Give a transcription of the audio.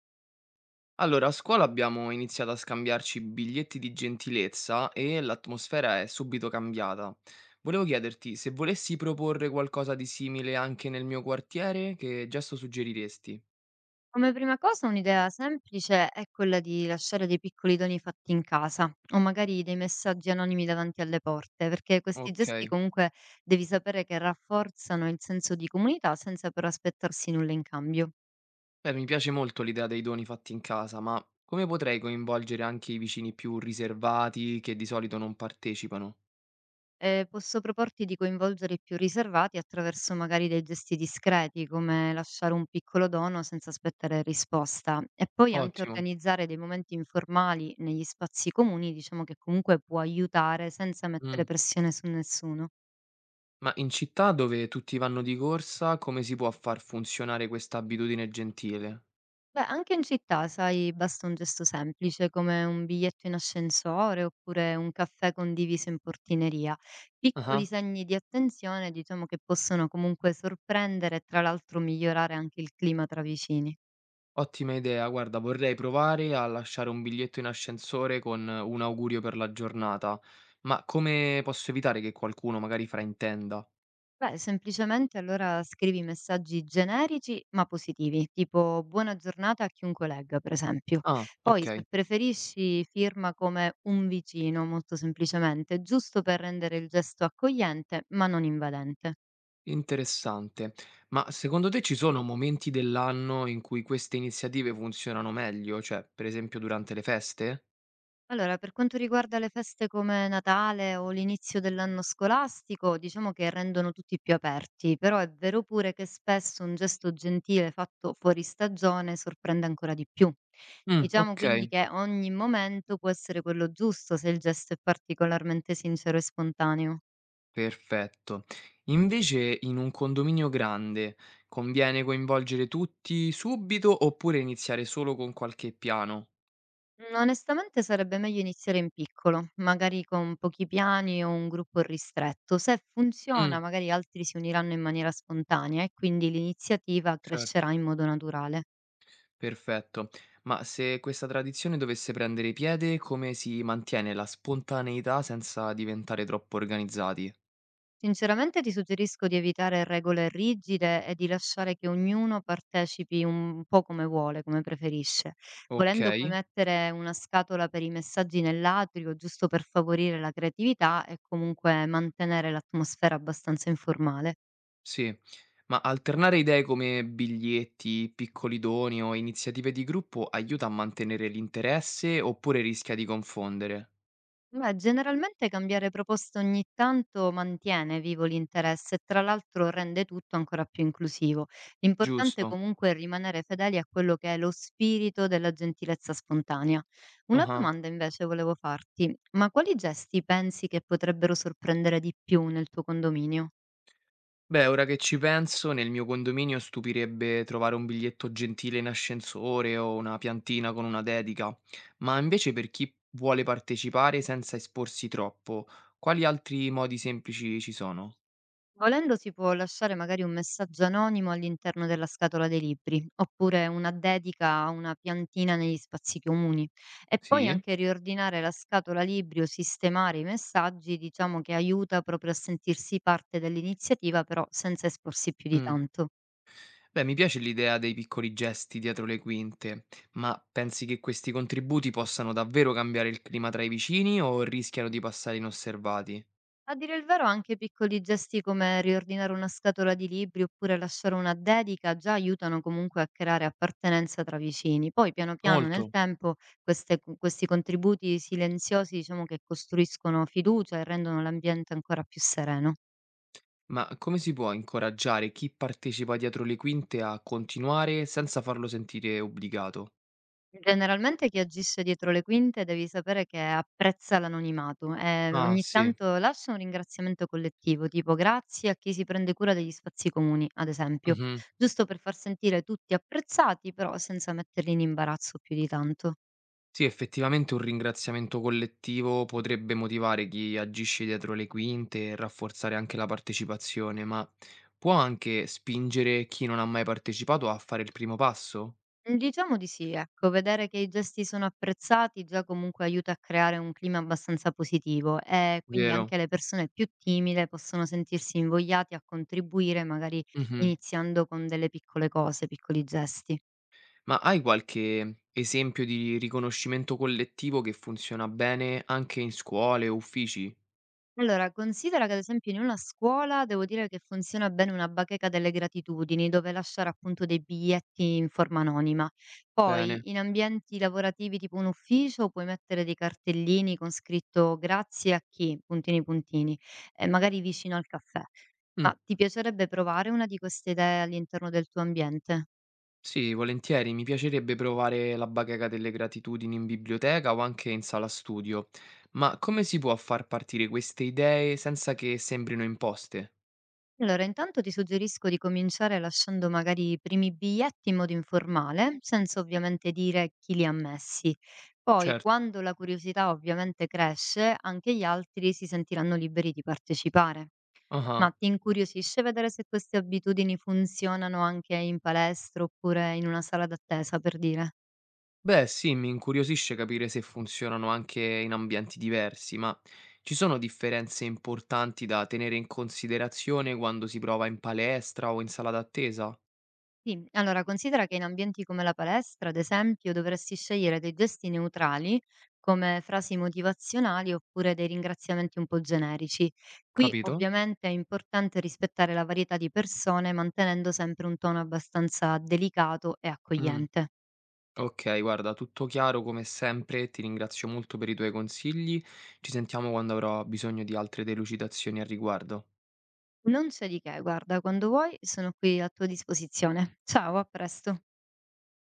Allora, a scuola abbiamo iniziato a scambiarci biglietti di gentilezza e l'atmosfera è subito cambiata. Volevo chiederti se volessi proporre qualcosa di simile anche nel mio quartiere, che gesto suggeriresti? Come prima cosa un'idea semplice è quella di lasciare dei piccoli doni fatti in casa o magari dei messaggi anonimi davanti alle porte, perché questi gesti Ok. comunque devi sapere che rafforzano il senso di comunità senza però aspettarsi nulla in cambio. Beh, mi piace molto l'idea dei doni fatti in casa, ma come potrei coinvolgere anche i vicini più riservati che di solito non partecipano? Posso proporti di coinvolgere i più riservati attraverso magari dei gesti discreti, come lasciare un piccolo dono senza aspettare risposta e poi anche Ottimo. organizzare dei momenti informali negli spazi comuni, diciamo che comunque può aiutare senza Mm. mettere pressione su nessuno. Ma in città dove tutti vanno di corsa, come si può far funzionare questa abitudine gentile? Beh, anche in città, sai, basta un gesto semplice come un biglietto in ascensore oppure un caffè condiviso in portineria. Piccoli Ah. segni di attenzione, diciamo che possono comunque sorprendere e tra l'altro migliorare anche il clima tra vicini. Ottima idea, guarda, vorrei provare a lasciare un biglietto in ascensore con un augurio per la giornata, ma come posso evitare che qualcuno magari fraintenda? Beh, semplicemente allora scrivi messaggi generici ma positivi, tipo buona giornata a chiunque legga, per esempio. Ah, Poi, ok, se preferisci, firma come un vicino, molto semplicemente, giusto per rendere il gesto accogliente ma non invadente. interessante. Ma secondo te ci sono momenti dell'anno in cui queste iniziative funzionano meglio, cioè per esempio durante le feste? Allora, per quanto riguarda le feste come Natale o l'inizio dell'anno scolastico, diciamo che rendono tutti più aperti, però è vero pure che spesso un gesto gentile fatto fuori stagione sorprende ancora di più. Mm, Diciamo ok, quindi che ogni momento può essere quello giusto se il gesto è particolarmente sincero e spontaneo. perfetto. Invece in un condominio grande conviene coinvolgere tutti subito oppure iniziare solo con qualche piano? Mhmm, onestamente sarebbe meglio iniziare in piccolo, magari con pochi piani o un gruppo ristretto. Se funziona, Mm. magari altri si uniranno in maniera spontanea e quindi l'iniziativa Certo, crescerà in modo naturale. perfetto. Ma se questa tradizione dovesse prendere piede, come si mantiene la spontaneità senza diventare troppo organizzati? Sinceramente ti suggerisco di evitare regole rigide e di lasciare che ognuno partecipi un po' come vuole, come preferisce. Ok, Volendo puoi mettere una scatola per i messaggi nell'atrio, giusto per favorire la creatività e comunque mantenere l'atmosfera abbastanza informale. sì. Ma alternare idee come biglietti, piccoli doni o iniziative di gruppo aiuta a mantenere l'interesse oppure rischia di confondere? Beh, generalmente cambiare proposta ogni tanto mantiene vivo l'interesse e tra l'altro rende tutto ancora più inclusivo. L'importante Giusto. comunque è rimanere fedeli a quello che è lo spirito della gentilezza spontanea. Una Ah. domanda invece volevo farti, ma quali gesti pensi che potrebbero sorprendere di più nel tuo condominio? Beh, ora che ci penso, nel mio condominio stupirebbe trovare un biglietto gentile in ascensore o una piantina con una dedica, ma invece per chi vuole partecipare senza esporsi troppo, quali altri modi semplici ci sono? Volendo si può lasciare magari un messaggio anonimo all'interno della scatola dei libri, oppure una dedica a una piantina negli spazi comuni. E poi Sì? anche riordinare la scatola libri o sistemare i messaggi, diciamo che aiuta proprio a sentirsi parte dell'iniziativa, però senza esporsi più di Mm. tanto. Beh, mi piace l'idea dei piccoli gesti dietro le quinte, ma pensi che questi contributi possano davvero cambiare il clima tra i vicini o rischiano di passare inosservati? A dire il vero, anche piccoli gesti come riordinare una scatola di libri oppure lasciare una dedica già aiutano comunque a creare appartenenza tra vicini. Poi, piano piano, nel Molto. tempo, questi contributi silenziosi, diciamo che costruiscono fiducia e rendono l'ambiente ancora più sereno. Ma come si può incoraggiare chi partecipa dietro le quinte a continuare senza farlo sentire obbligato? Generalmente chi agisce dietro le quinte devi sapere che apprezza l'anonimato e Ah, ogni sì. tanto lascia un ringraziamento collettivo, tipo grazie a chi si prende cura degli spazi comuni, ad esempio, Mh-mh. giusto per far sentire tutti apprezzati, però senza metterli in imbarazzo più di tanto. Sì, effettivamente un ringraziamento collettivo potrebbe motivare chi agisce dietro le quinte e rafforzare anche la partecipazione, ma può anche spingere chi non ha mai partecipato a fare il primo passo? Mhmm, diciamo di sì, ecco. Vedere che i gesti sono apprezzati già comunque aiuta a creare un clima abbastanza positivo e quindi Vero. anche le persone più timide possono sentirsi invogliati a contribuire, magari Mh-mh. iniziando con delle piccole cose, piccoli gesti. Ma hai qualche esempio di riconoscimento collettivo che funziona bene anche in scuole o uffici? Allora, considera che ad esempio in una scuola devo dire che funziona bene una bacheca delle gratitudini, dove lasciare appunto dei biglietti in forma anonima. Bene. Poi in ambienti lavorativi tipo un ufficio puoi mettere dei cartellini con scritto grazie a chi, puntini puntini, e magari vicino al caffè. Mh. Ma ti piacerebbe provare una di queste idee all'interno del tuo ambiente? Sì, volentieri, mi piacerebbe provare la bacheca delle gratitudini in biblioteca o anche in sala studio, ma come si può far partire queste idee senza che sembrino imposte? Allora, intanto ti suggerisco di cominciare lasciando magari i primi biglietti in modo informale, senza ovviamente dire chi li ha messi. Poi, Certo. quando la curiosità ovviamente cresce, anche gli altri si sentiranno liberi di partecipare. Ma Ah, ti incuriosisce vedere se queste abitudini funzionano anche in palestra oppure in una sala d'attesa, per dire? Beh, sì, mi incuriosisce capire se funzionano anche in ambienti diversi, ma ci sono differenze importanti da tenere in considerazione quando si prova in palestra o in sala d'attesa? Sì, allora considera che in ambienti come la palestra, ad esempio, dovresti scegliere dei gesti neutrali, come frasi motivazionali oppure dei ringraziamenti un po' generici. Qui Capito? ovviamente è importante rispettare la varietà di persone, mantenendo sempre un tono abbastanza delicato e Mm. accogliente. Okay, guarda, tutto chiaro come sempre, ti ringrazio molto per i tuoi consigli. Ci sentiamo quando avrò bisogno di altre delucidazioni al riguardo. Non c'è di che, guarda, quando vuoi sono qui a tua disposizione. Ciao, a presto.